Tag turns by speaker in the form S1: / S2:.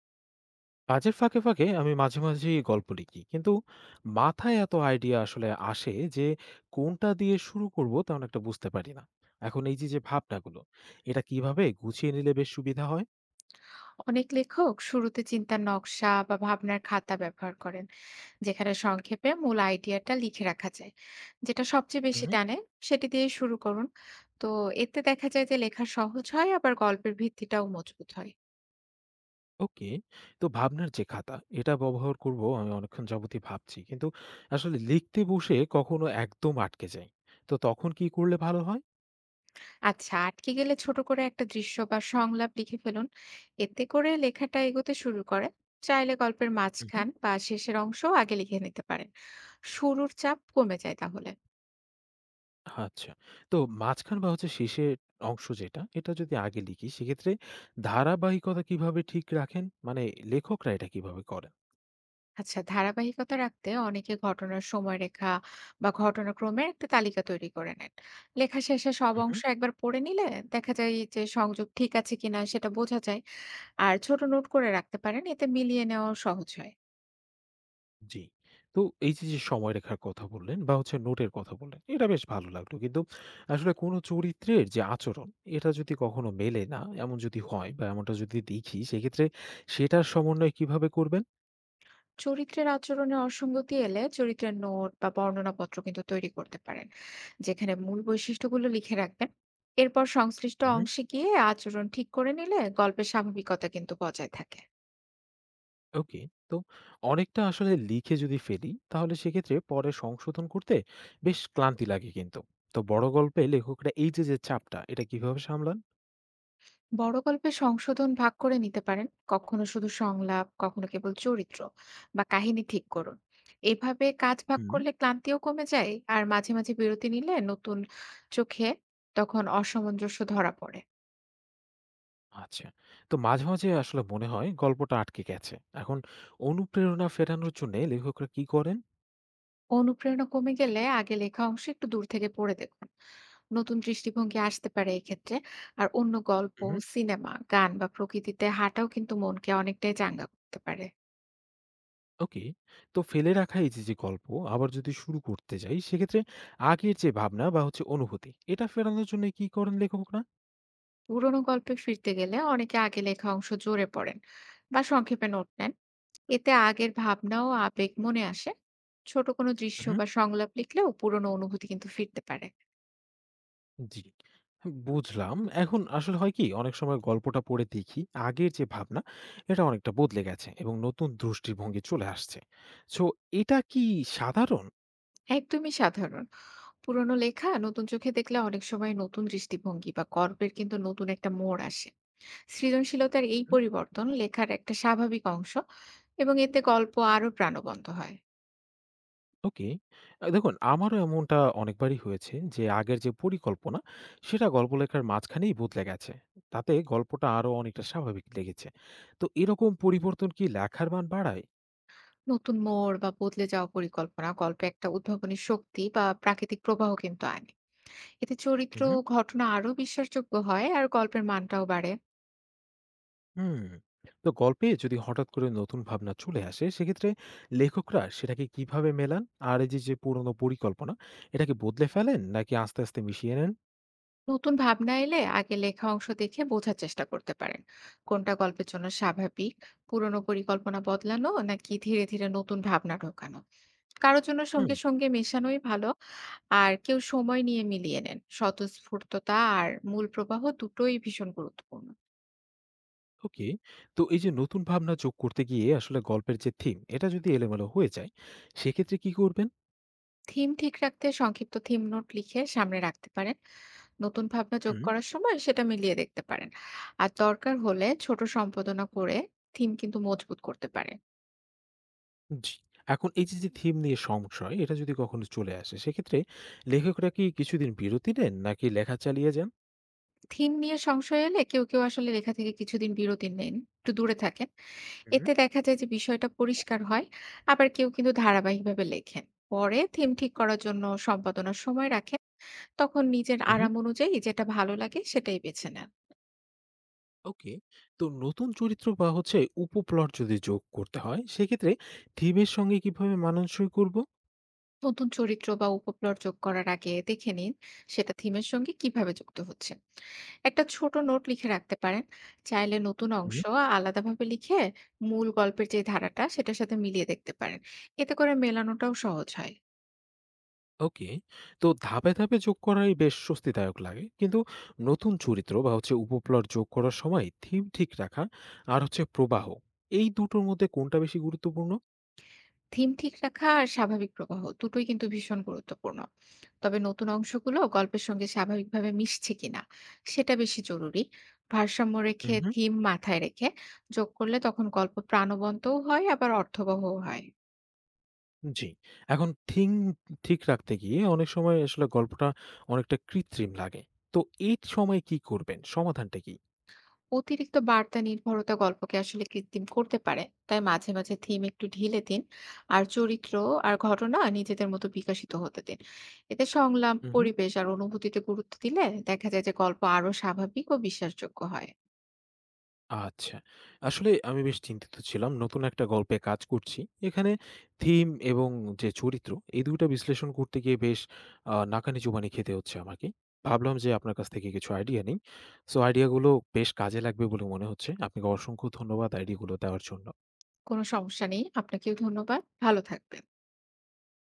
S1: কাজের ফাঁকে ফাঁকে আমি মাঝে মাঝেই গল্প লিখি, কিন্তু মাথায় এত আইডিয়া আসলে আসে যে কোনটা দিয়ে শুরু করব তেমন একটা বুঝতে পারি না। এখন এই যে ভাবনাগুলো, এটা কিভাবে গুছিয়ে নিলে বেশ সুবিধা হয়?
S2: অনেক লেখক শুরুতে চিন্তার নকশা বা ভাবনার খাতা ব্যবহার করেন, যেখানে সংক্ষেপে মূল আইডিয়াটা লিখে রাখা যায়। যেটা সবচেয়ে বেশি
S1: হুম।
S2: টানে সেটি দিয়ে শুরু করুন। তো এতে দেখা যায় যে লেখা সহজ হয়, আবার গল্পের ভিত্তিটাও মজবুত হয়।
S1: ওকে। তো ভাবনার যে খাতা, এটা ব্যবহার করব আমি অনেকক্ষণ যাবতই ভাবছি, কিন্তু আসলে লিখতে বসে কখনো একদম আটকে যাই। তো তখন কি করলে ভালো হয়?
S2: আচ্ছা, আটকে গেলে ছোট করে একটা দৃশ্য বা সংলাপ লিখে ফেলুন, এতে করে লেখাটা এগোতে শুরু করে। চাইলে গল্পের মাঝখান বা শেষের অংশও আগে লিখে নিতে পারেন, শুরুর চাপ কমে যায় তাহলে।
S1: আচ্ছা। তো মাঝখান বা হচ্ছে শেষের অংশ যেটা, এটা যদি আগে লিখি সেক্ষেত্রে ধারাবাহিকতা কিভাবে ঠিক রাখেন? মানে লেখকরা এটা কিভাবে করেন?
S2: আচ্ছা, ধারাবাহিকতা রাখতে অনেকে ঘটনার সময়রেখা বা ঘটনাক্রমের একটা তালিকা তৈরি করে নেন। লেখা শেষে সব
S1: হু, হু।
S2: অংশ একবার পড়ে নিলে দেখা যায় যে সংযোগ ঠিক আছে কিনা সেটা বোঝা যায়। আর ছোট নোট করে রাখতে পারেন, এতে মিলিয়ে নেওয়া সহজ হয়।
S1: জি। তো এই যে সময়রেখার কথা বললেন বা হচ্ছে নোটের কথা বললেন, এটা বেশ ভালো লাগলো। কিন্তু আসলে কোন চরিত্রের যে আচরণ, এটা যদি কখনো মেলে না, এমন যদি হয় বা এমনটা যদি দেখি সেক্ষেত্রে সেটার সমন্বয় কিভাবে করবেন?
S2: চরিত্রের আচরণে অসঙ্গতি এলে চরিত্রের নোট বা বর্ণনাপত্র কিন্তু তৈরি করতে পারেন, যেখানে মূল বৈশিষ্ট্যগুলো লিখে রাখবেন। এরপর সংশ্লিষ্ট অংশে গিয়ে আচরণ ঠিক করে নিলে গল্পের স্বাভাবিকতা কিন্তু বজায় থাকে।
S1: ওকে। তো অনেকটা আসলে লিখে যদি ফেলি তাহলে সেক্ষেত্রে পরে সংশোধন করতে বেশ ক্লান্তি লাগে, কিন্তু তো বড় গল্পে লেখকরা এই যে যে চাপটা এটা কিভাবে সামলান?
S2: বড় গল্পে সংশোধন ভাগ করে নিতে পারেন, কখনো শুধু সংলাপ, কখনো কেবল চরিত্র বা কাহিনী ঠিক করুন। এভাবে কাজ ভাগ
S1: হুম।
S2: করলে ক্লান্তিও কমে যায়, আর মাঝে মাঝে বিরতি নিলে নতুন চোখে তখন অসামঞ্জস্য ধরা পড়ে।
S1: আচ্ছা। তো মাঝে মাঝে আসলে মনে হয় গল্পটা আটকে গেছে। এখন অনুপ্রেরণা ফেরানোর জন্য লেখকরা কি করেন?
S2: অনুপ্রেরণা কমে গেলে আগে লেখা অংশ একটু দূর থেকে পড়ে দেখুন, নতুন দৃষ্টিভঙ্গি আসতে পারে এক্ষেত্রে। আর অন্য গল্প,
S1: হুম।
S2: সিনেমা, গান বা প্রকৃতিতে হাঁটাও কিন্তু মনকে অনেকটাই চাঙ্গা করতে পারে।
S1: ওকে। তো ফেলে রাখা এই যে যে গল্প আবার যদি শুরু করতে যাই সেক্ষেত্রে আগের যে ভাবনা বা হচ্ছে অনুভূতি এটা ফেরানোর জন্য কি করেন লেখকরা?
S2: পুরোনো গল্পে ফিরতে গেলে অনেকে আগে লেখা অংশ জোরে পড়েন বা সংক্ষেপে নোট নেন, এতে আগের ভাবনা ও আবেগ মনে আসে। ছোট কোনো দৃশ্য বা সংলাপ লিখলেও পুরোনো অনুভূতি কিন্তু ফিরতে পারে।
S1: জি। হ্যাঁ, বুঝলাম। এখন আসলে হয় কি? অনেক সময় গল্পটা পড়ে দেখি আগের যে ভাবনা, এটা অনেকটা বদলে গেছে এবং নতুন দৃষ্টিভঙ্গি চলে আসছে। সো এটা কি সাধারণ?
S2: একদমই সাধারণ। পুরোনো লেখা নতুন চোখে দেখলে অনেক সময় নতুন দৃষ্টিভঙ্গি বা গল্পের কিন্তু নতুন একটা মোড় আসে। সৃজনশীলতার এই
S1: হুম,
S2: পরিবর্তন লেখার একটা স্বাভাবিক অংশ, এবং এতে গল্প আরো প্রাণবন্ত হয়।
S1: ওকে। দেখুন আমারও এমনটা অনেকবারই হয়েছে যে আগের যে পরিকল্পনা, সেটা গল্প লেখার মাঝখানেই বদলে গেছে। তাতে গল্পটা আরো অনেকটা স্বাভাবিক লেগেছে। তো এরকম পরিবর্তন কি লেখার মান বাড়ায়?
S2: নতুন মোড় বা বদলে যাওয়া পরিকল্পনা গল্পে একটা উদ্ভাবনী শক্তি বা প্রাকৃতিক প্রবাহ কিন্তু আনে। এতে চরিত্র
S1: উহু।
S2: ও ঘটনা আরো বিশ্বাসযোগ্য হয়, আর গল্পের মানটাও বাড়ে।
S1: হুম। তো গল্পে যদি হঠাৎ করে নতুন ভাবনা চলে আসে সেক্ষেত্রে লেখকরা সেটাকে কিভাবে মেলান, আর এই যে যে পুরনো পরিকল্পনা এটাকে বদলে ফেলেন নাকি আস্তে আস্তে মিশিয়ে নেন?
S2: নতুন ভাবনা এলে আগে লেখা অংশ দেখে বোঝার চেষ্টা করতে পারেন কোনটা গল্পের জন্য স্বাভাবিক, পুরনো পরিকল্পনা বদলানো নাকি ধীরে ধীরে নতুন ভাবনা ঢোকানো। কারোর জন্য
S1: হুম।
S2: সঙ্গে সঙ্গে মেশানোই ভালো, আর কেউ সময় নিয়ে মিলিয়ে নেন। স্বতঃস্ফূর্ততা আর মূল প্রবাহ দুটোই ভীষণ গুরুত্বপূর্ণ।
S1: ওকে। তো এই যে নতুন ভাবনা যোগ করতে গিয়ে আসলে গল্পের যে থিম এটা যদি এলোমেলো হয়ে যায় সেক্ষেত্রে কি করবেন?
S2: থিম ঠিক রাখতে সংক্ষিপ্ত থিম নোট লিখে সামনে রাখতে পারেন। নতুন ভাবনা যোগ
S1: হুম।
S2: করার সময় সেটা মিলিয়ে দেখতে পারেন, আর দরকার হলে ছোট সম্পাদনা করে থিম কিন্তু মজবুত করতে পারে।
S1: জি। এখন এই যে যে থিম নিয়ে সংশয় এটা যদি কখনো চলে আসে সেক্ষেত্রে লেখকরা কি কিছুদিন বিরতি নেন নাকি লেখা চালিয়ে যান?
S2: থিম নিয়ে সংশয় এলে কেউ কেউ আসলে লেখা থেকে কিছুদিন বিরতি নেন, একটু দূরে থাকেন।
S1: হুম।
S2: এতে দেখা যায় যে বিষয়টা পরিষ্কার হয়। আবার কেউ কিন্তু ধারাবাহিকভাবে লেখেন, পরে থিম ঠিক করার জন্য সম্পাদনার সময় রাখেন। তখন নিজের
S1: হুম।
S2: আরাম অনুযায়ী যেটা ভালো লাগে সেটাই বেছে নেন।
S1: ওকে। তো নতুন চরিত্র বা হচ্ছে উপপ্লট যদি যোগ করতে হয় সেক্ষেত্রে থিমের সঙ্গে কিভাবে মানানসই করব?
S2: নতুন চরিত্র বা উপপ্লট যোগ করার আগে দেখে নিন সেটা থিমের সঙ্গে কিভাবে যুক্ত হচ্ছে। একটা ছোট নোট লিখে রাখতে পারেন। চাইলে নতুন
S1: হুম।
S2: অংশ আলাদাভাবে লিখে মূল গল্পের যে ধারাটা সেটার সাথে মিলিয়ে দেখতে পারেন, এতে করে মেলানোটাও সহজ হয়।
S1: ওকে। তো ধাপে ধাপে যোগ করাই বেশ স্বস্তিদায়ক লাগে, কিন্তু নতুন চরিত্র বা হচ্ছে উপপ্লট যোগ করার সময় থিম ঠিক রাখা আর হচ্ছে প্রবাহ, এই দুটোর মধ্যে কোনটা বেশি গুরুত্বপূর্ণ?
S2: থিম ঠিক রাখা আর স্বাভাবিক প্রবাহ দুটোই কিন্তু ভীষণ গুরুত্বপূর্ণ, তবে নতুন অংশগুলো গল্পের সঙ্গে স্বাভাবিকভাবে মিশছে কিনা সেটা বেশি জরুরি। ভারসাম্য রেখে,
S1: হুম।
S2: থিম মাথায় রেখে যোগ করলে তখন গল্প প্রাণবন্তও হয়, আবার অর্থবহও হয়।
S1: জি। এখন থিম ঠিক রাখতে গিয়ে অনেক সময় আসলে গল্পটা অনেকটা কৃত্রিম লাগে। তো এই সময় কি করবেন, সমাধানটা কি?
S2: অতিরিক্ত বার্তা নির্ভরতা গল্পকে আসলে কৃত্রিম করতে পারে, তাই মাঝে মাঝে থিম একটু ঢিলে দিন। আর চরিত্র আর ঘটনা নিজেদের মতো বিকশিত হতে দিন। এতে সংলাপ, পরিবেশ আর অনুভূতিতে গুরুত্ব দিলে দেখা যায় যে গল্প আরো স্বাভাবিক ও বিশ্বাসযোগ্য হয়।
S1: আচ্ছা। আসলে আমি বেশ চিন্তিত ছিলাম। নতুন একটা গল্পে কাজ করছি। এখানে থিম এবং যে চরিত্র, এই ২ টা বিশ্লেষণ করতে গিয়ে বেশ নাকানি-চুবানি খেতে হচ্ছে আমাকে। ভাবলাম যে আপনার কাছ থেকে কিছু আইডিয়া নিই। সো আইডিয়াগুলো বেশ কাজে লাগবে বলে মনে হচ্ছে। আপনাকে অসংখ্য ধন্যবাদ আইডিয়াগুলো দেওয়ার জন্য।
S2: কোনো সমস্যা নেই, আপনাকেও ধন্যবাদ, ভালো থাকবেন।